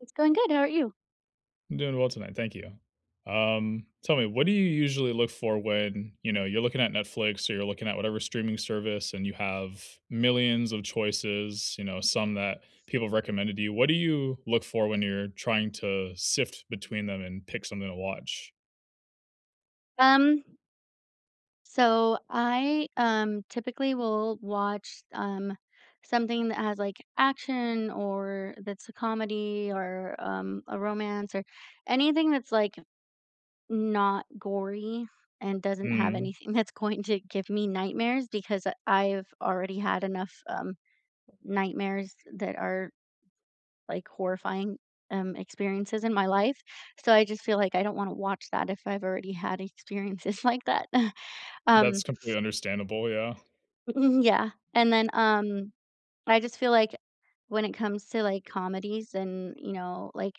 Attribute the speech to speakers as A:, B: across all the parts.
A: It's going good. How are you?
B: I'm doing well tonight, thank you. Tell me, what do you usually look for when, you know, you're looking at Netflix or you're looking at whatever streaming service and you have millions of choices, you know, some that people have recommended to you? What do you look for when you're trying to sift between them and pick something to watch?
A: Um, so I typically will watch something that has like action or that's a comedy or a romance or anything that's like not gory and doesn't have
B: Mm,
A: anything that's going to give me nightmares because I've already had enough nightmares that are like horrifying experiences in my life. So I just feel like I don't want to watch that if I've already had experiences like that. Um,
B: that's completely understandable, yeah.
A: yeah, and then, I just feel like when it comes to, like, comedies and, you know, like,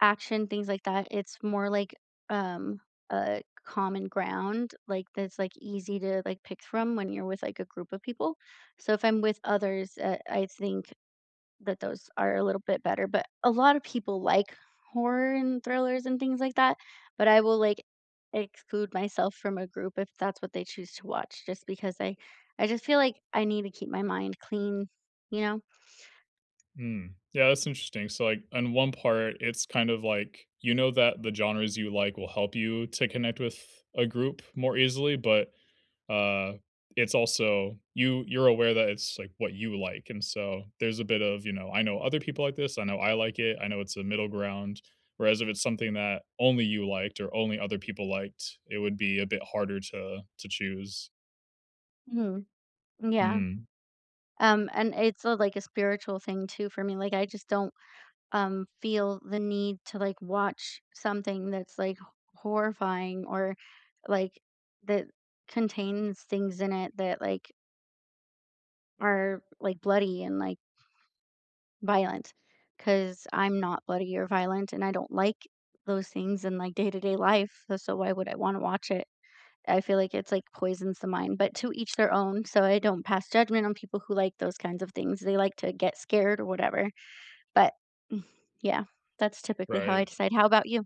A: action, things like that, it's more like, um, a common ground, like, that's, like, easy to, like, pick from when you're with, like, a group of people. So if I'm with others, I think that those are a little bit better, but a lot of people like horror and thrillers and things like that, but I will, like, exclude myself from a group if that's what they choose to watch just because I just feel like I need to keep my mind clean, you know?
B: Mm. Yeah, that's interesting. So, like, on one part, it's kind of like you know that the genres you like will help you to connect with a group more easily, but Uh, it's also you're aware that it's, like, what you like, and so there's a bit of, you know, "I know other people like this, I know I like it, I know it's a middle ground." Whereas if it's something that only you liked or only other people liked, it would be a bit harder to choose.
A: Mhm. Yeah.
B: Mm,
A: And it's a like a spiritual thing too for me, like, I just don't, feel the need to, like, watch something that's, like, horrifying or, like, that contains things in it that, like, are, like, bloody and, like, violent, because 'cause I'm not bloody or violent, and I don't like those things in, like, day-to-day life, so why would I wanna watch it? I feel like it's, like, poisons the mind, but to each their own, so I don't pass judgment on people who like those kinds of things, they like to get scared or whatever, but mm, yeah, that's typically how I
B: right.
A: decide. How about you?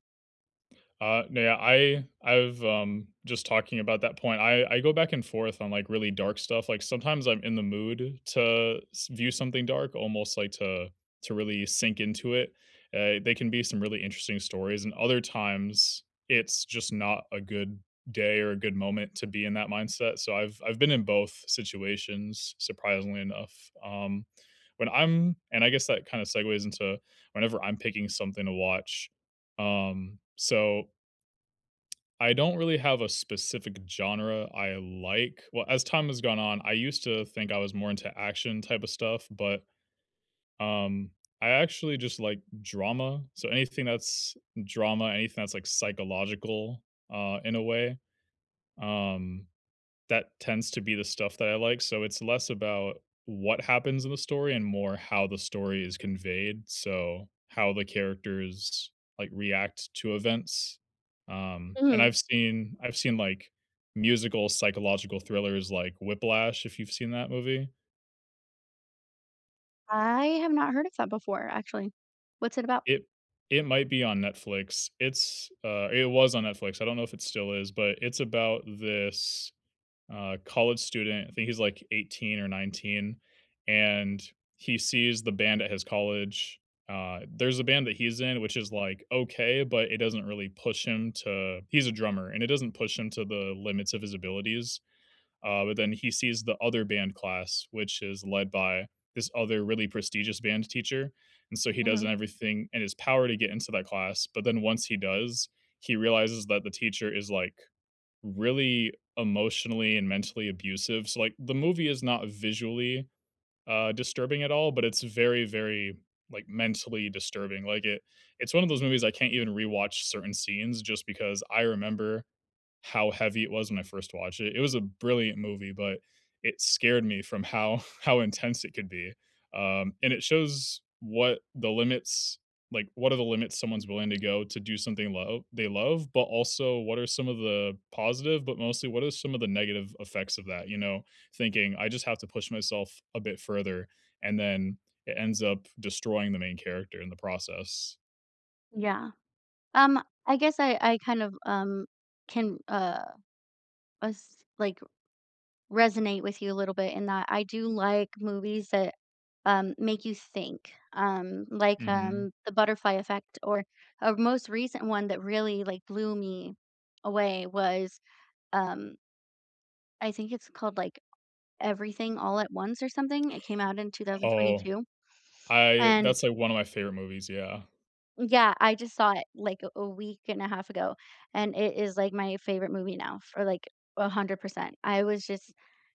B: No, yeah, I've just talking about that point. I go back and forth on like really dark stuff. Like sometimes I'm in the mood to view something dark, almost like to really sink into it. They can be some really interesting stories, and other times it's just not a good day or a good moment to be in that mindset. So I've been in both situations, surprisingly enough. Um, and I guess that kind of segues into whenever I'm picking something to watch. So I don't really have a specific genre I like. Well, as time has gone on, I used to think I was more into action type of stuff, but, um, I actually just like drama. So anything that's drama, anything that's, like, psychological, in a way, um, that tends to be the stuff that I like, so it's less about what happens in the story and more how the story is conveyed, so how the characters, like, react to events, and
A: Mhm.
B: I've seen, like, musical psychological thrillers like Whiplash, if you've seen that movie.
A: I have not heard of that before, actually. What's it about?
B: It it might be on Netflix. It's, it was on Netflix, I don't know if it still is, but it's about this college student. I think he's like 18 or 19, and he sees the band at his college. There's a band that he's in, which is like okay, but it doesn't really push him to. He's a drummer, and it doesn't push him to the limits of his abilities. But then he sees the other band class, which is led by this other really prestigious band teacher. And so he does
A: Mhm.
B: everything in his power to get into that class. But then once he does, he realizes that the teacher is like really emotionally and mentally abusive. So like the movie is not visually disturbing at all, but it's very, very like mentally disturbing. Like it's one of those movies I can't even rewatch certain scenes just because I remember how heavy it was when I first watched it. It was a brilliant movie, but it scared me from how how intense it could be. And it shows what the limits like what are the limits someone's willing to go to do something love they love, but also what are some of the positive, but mostly what are some of the negative effects of that, you know, thinking I just have to push myself a bit further and then it ends up destroying the main character in the process.
A: Yeah. I guess I kind of, can, as like resonate with you a little bit in that I do like movies that make you think, um, like
B: Mhm.
A: um, The Butterfly Effect, or a most recent one that really like blew me away was um, I think it's called like Everything All at Once or something. It came out in
B: Oh,
A: 2022,
B: I
A: and
B: that's like one of my favorite movies, yeah.
A: yeah, I just saw it like a week and a half ago, and it is like my favorite movie now for like 100%. I was just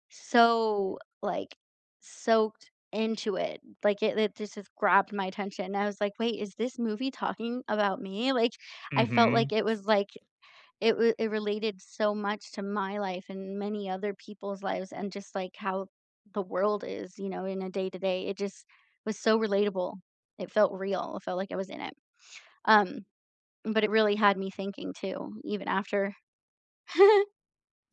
A: so like soaked into it. Like it just grabbed my attention. I was like, wait, is this movie talking about me? Like I felt like
B: Mhm.
A: it was like it related so much to my life and many other people's lives and just like how the world is, you know, in a day to day. It just was so relatable. It felt real. It felt like I was in it. Um, but it really had me thinking too, even after.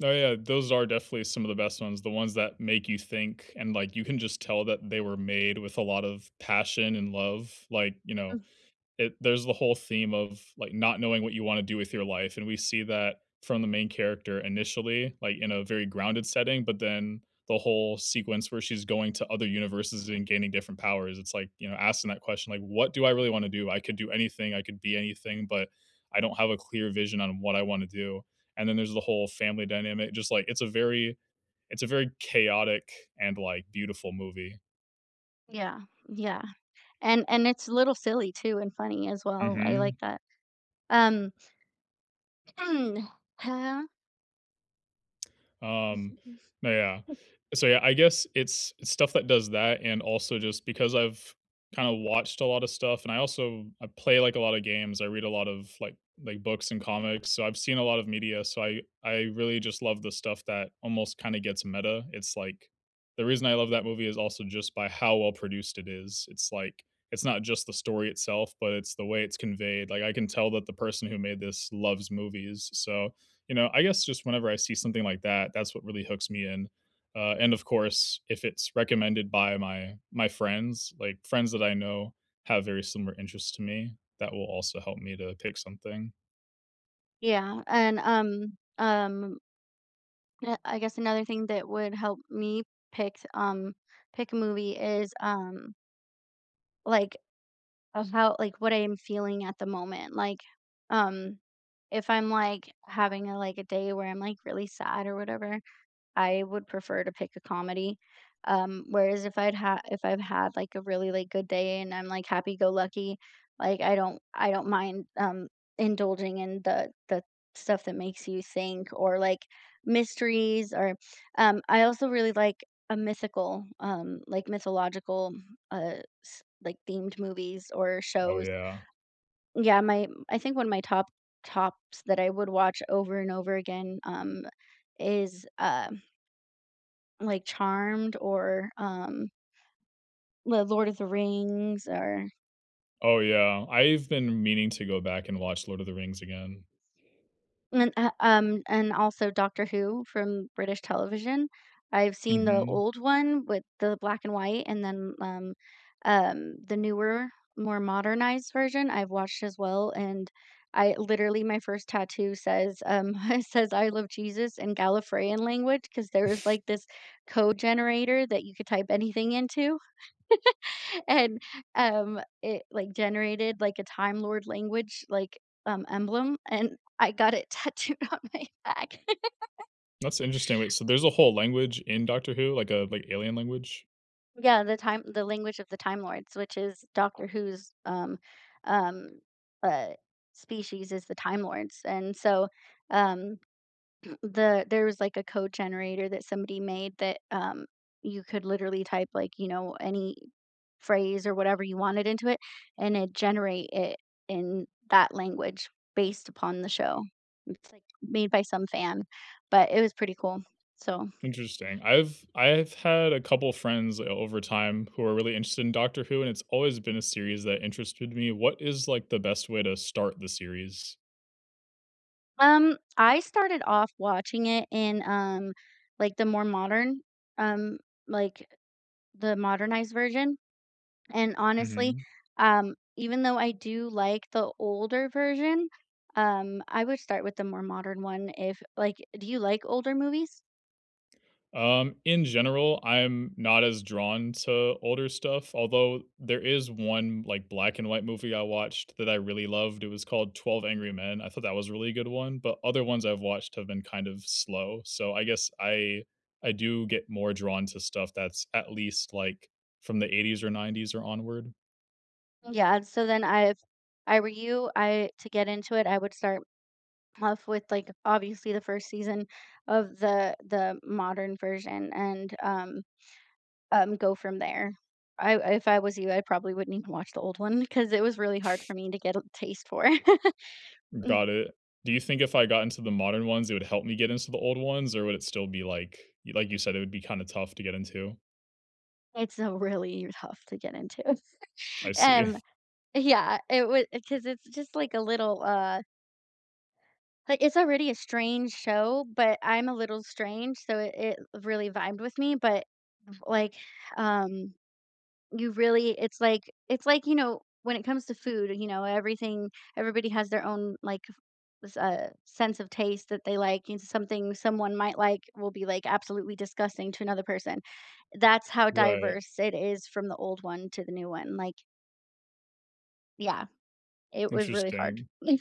B: Oh, yeah, those are definitely some of the best ones, the ones that make you think and, like, you can just tell that they were made with a lot of passion and love, like, you know, it there's the whole theme of, like, not knowing what you wanna do with your life, and we see that from the main character initially, like, in a very grounded setting, but then the whole sequence where she's going to other universes and gaining different powers, it's like, you know, asking that question, like, "What do I really wanna do? I could do anything, I could be anything, but I don't have a clear vision on what I wanna do." And then there's the whole family dynamic, just, like, it's a very chaotic and, like, beautiful movie.
A: Yeah, yeah. And it's a little silly too and funny as well. I
B: Mhm.
A: like that. Um, huh?
B: Um, no, yeah. So yeah, I guess it's stuff that does that, and also just because I've kind of watched a lot of stuff, and I also I play like a lot of games. I read a lot of like books and comics, so I've seen a lot of media. So I really just love the stuff that almost kind of gets meta. It's like the reason I love that movie is also just by how well produced it is. It's like it's not just the story itself, but it's the way it's conveyed. Like I can tell that the person who made this loves movies. So you know, I guess just whenever I see something like that, that's what really hooks me in. And of course, if it's recommended by my friends, like friends that I know have very similar interests to me, that will also help me to pick something.
A: Yeah, and I guess another thing that would help me pick um pick a movie is like of how like what I am feeling at the moment. Like um if I'm like having a like a day where I'm like really sad or whatever, I would prefer to pick a comedy. Whereas if I've had like a really like good day and I'm like happy go lucky, like I don't mind indulging in the stuff that makes you think or like mysteries or I also really like a mythical like mythological uh like themed movies or
B: Oh
A: shows.
B: yeah.
A: Yeah, my I think one of my tops that I would watch over and over again is like Charmed, or The Lord of the Rings, or,
B: Oh yeah. I've been meaning to go back and watch Lord of the Rings again.
A: and also Doctor Who from British television. I've seen the
B: Mhm.
A: old one with the black and white and then, the newer, more modernized version I've watched as well, and I literally my first tattoo says, it says, "I love Jesus" in Gallifreyan language 'cause there was, like, this code generator that you could type anything into. And it like generated like a time lord language like emblem, and I got it tattooed on my back.
B: That's interesting. Wait, so there's a whole language in Doctor Who, like a like alien language?
A: Yeah, the language of the time lords, which is Doctor Who's um uh species is the time lords. And so um there was, like, a code generator that somebody made that, you could literally type, like, you know, any phrase or whatever you wanted into it, and it generate it in that language based upon the show. It's, like, made by some fan, but it was pretty cool. So,
B: Interesting. I've had a couple friends over time who are really interested in Doctor Who, and it's always been a series that interested me. What is like the best way to start the series?
A: I started off watching it in, like, the more modern, um, like, the modernized version. And honestly,
B: Hmm.
A: even though I do like the older version, I would start with the more modern one if like do you like older movies?
B: In general, I'm not as drawn to older stuff, although there is one, like, black and white movie I watched that I really loved, it was called 12 Angry Men, I thought that was a really good one, but other ones I've watched have been kind of slow, so I guess I do get more drawn to stuff that's at least, like, from the '80s or '90s or onward.
A: Yeah, so then I if I were you, I to get into it, I would start off with like obviously the first season of the modern version, and go from there. I If I was you, I probably wouldn't even watch the old one because it was really hard for me to get a taste for. Ừm.
B: Got it. Do you think if I got into the modern ones, it would help me get into the old ones, or would it still be like you said, it would be kinda tough to get into?
A: It's a really tough to get into.
B: I see.
A: Um, yeah, it was because it's just like a little, like, it's already a strange show, but I'm a little strange, so it really vibed with me, but, like, um, you really it's like, you know, when it comes to food, you know, everything everybody has their own, like sense of taste that they like, and something someone might like will be like absolutely disgusting to another person. That's how
B: Right.
A: diverse it is from the old one to the new one. Like yeah, it was really hard.
B: Interesting.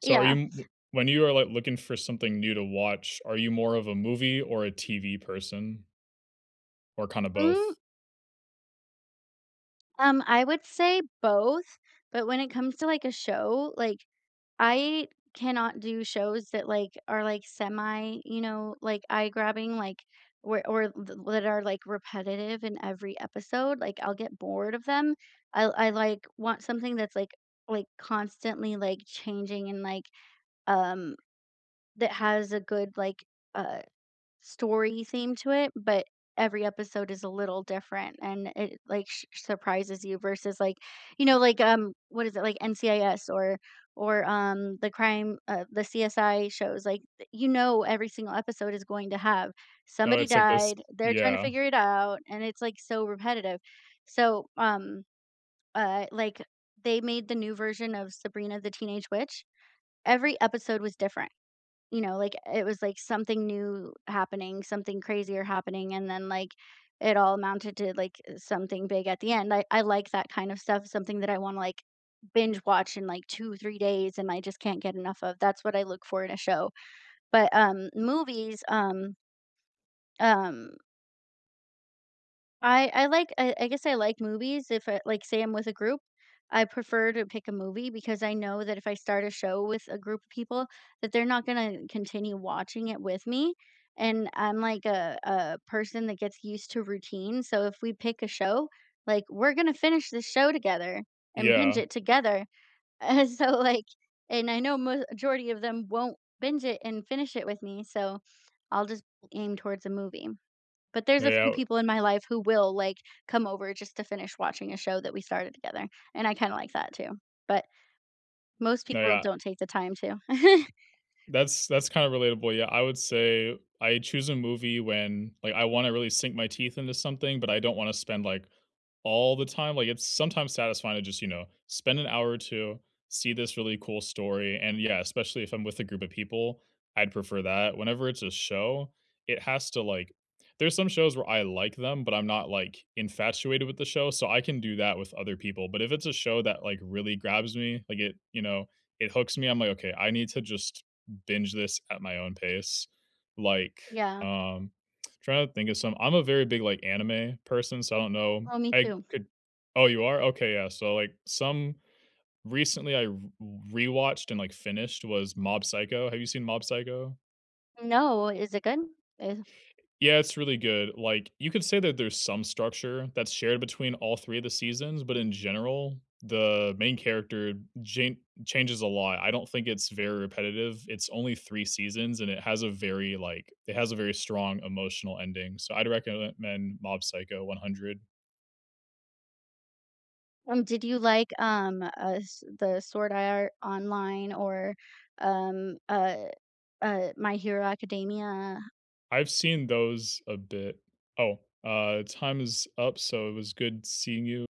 B: So are
A: Yeah,
B: you when you are, like, looking for something new to watch, are you more of a movie or a TV person? Or kinda
A: mm,
B: both?
A: I would say both, but when it comes to like a show like I cannot do shows that, like, are, like, semi, you know, like, eye-grabbing, like, where or th that are, like, repetitive in every episode, like, I'll get bored of them. I like, want something that's, like constantly, like, changing, and, um, that has a good, like, uh story theme to it, but every episode is a little different, and it like surprises you versus like you know like what is it like NCIS or or the crime, the CSI shows like you know every single episode is going to have
B: Oh,
A: somebody
B: it's like this.
A: died, they're trying to
B: Yeah.
A: figure it out, and it's like so repetitive. So like they made the new version of Sabrina the Teenage Witch. Every episode was different. You know, like, it was, like, something new happening, something crazier happening, and then, like, it all amounted to, like, something big at the end. I like that kind of stuff, something that I wanna, like, binge watch in, like, 2, 3 days, and I just can't get enough of. That's what I look for in a show. But, movies, um, I like I guess I like movies if I like, say I'm with a group, I prefer to pick a movie because I know that if I start a show with a group of people, that they're not gonna continue watching it with me, and I'm like a person that gets used to routine, so if we pick a show, like, we're gonna finish this show together and binge
B: Yeah.
A: it together, and so, like, and I know majority of them won't binge it and finish it with me, so I'll just aim towards a movie. But there's
B: No,
A: a few
B: yeah.
A: people in my life who will, like, come over just to finish watching a show that we started together, and I kinda like that too. But most
B: No,
A: people
B: yeah.
A: don't take the time to.
B: That's kinda relatable, yeah. I would say I choose a movie when, like, I wanna really sink my teeth into something, but I don't wanna spend, like, all the time. Like, it's sometimes satisfying to just, you know, spend an hour or 2, see this really cool story, and yeah, especially if I'm with a group of people, I'd prefer that. Whenever it's a show, it has to, like there's some shows where I like them, but I'm not, like, infatuated with the show, so I can do that with other people, but if it's a show that, like, really grabs me, like, it you know, it hooks me, I'm like, "Okay, I need to just binge this at my own pace." Like,
A: Yeah.
B: um trying to think of some I'm a very big, like, anime person, so I don't know.
A: Oh, me
B: I
A: too.
B: could Oh, you are? Okay, yeah, so, like, some recently I r rewatched and, like, finished was Mob Psycho. Have you seen Mob Psycho?
A: No, is it good? Is
B: Yeah, it's really good. Like, you could say that there's some structure that's shared between all 3 of the seasons, but in general, the main character jan changes a lot. I don't think it's very repetitive. It's only 3 seasons, and it has a very, like it has a very strong emotional ending, so I'd recommend Mob Psycho 100.
A: did you like, s the Sword Art Online, or, um, uh, My Hero Academia?
B: I've seen those a bit. Oh, time is up, so it was good seeing you.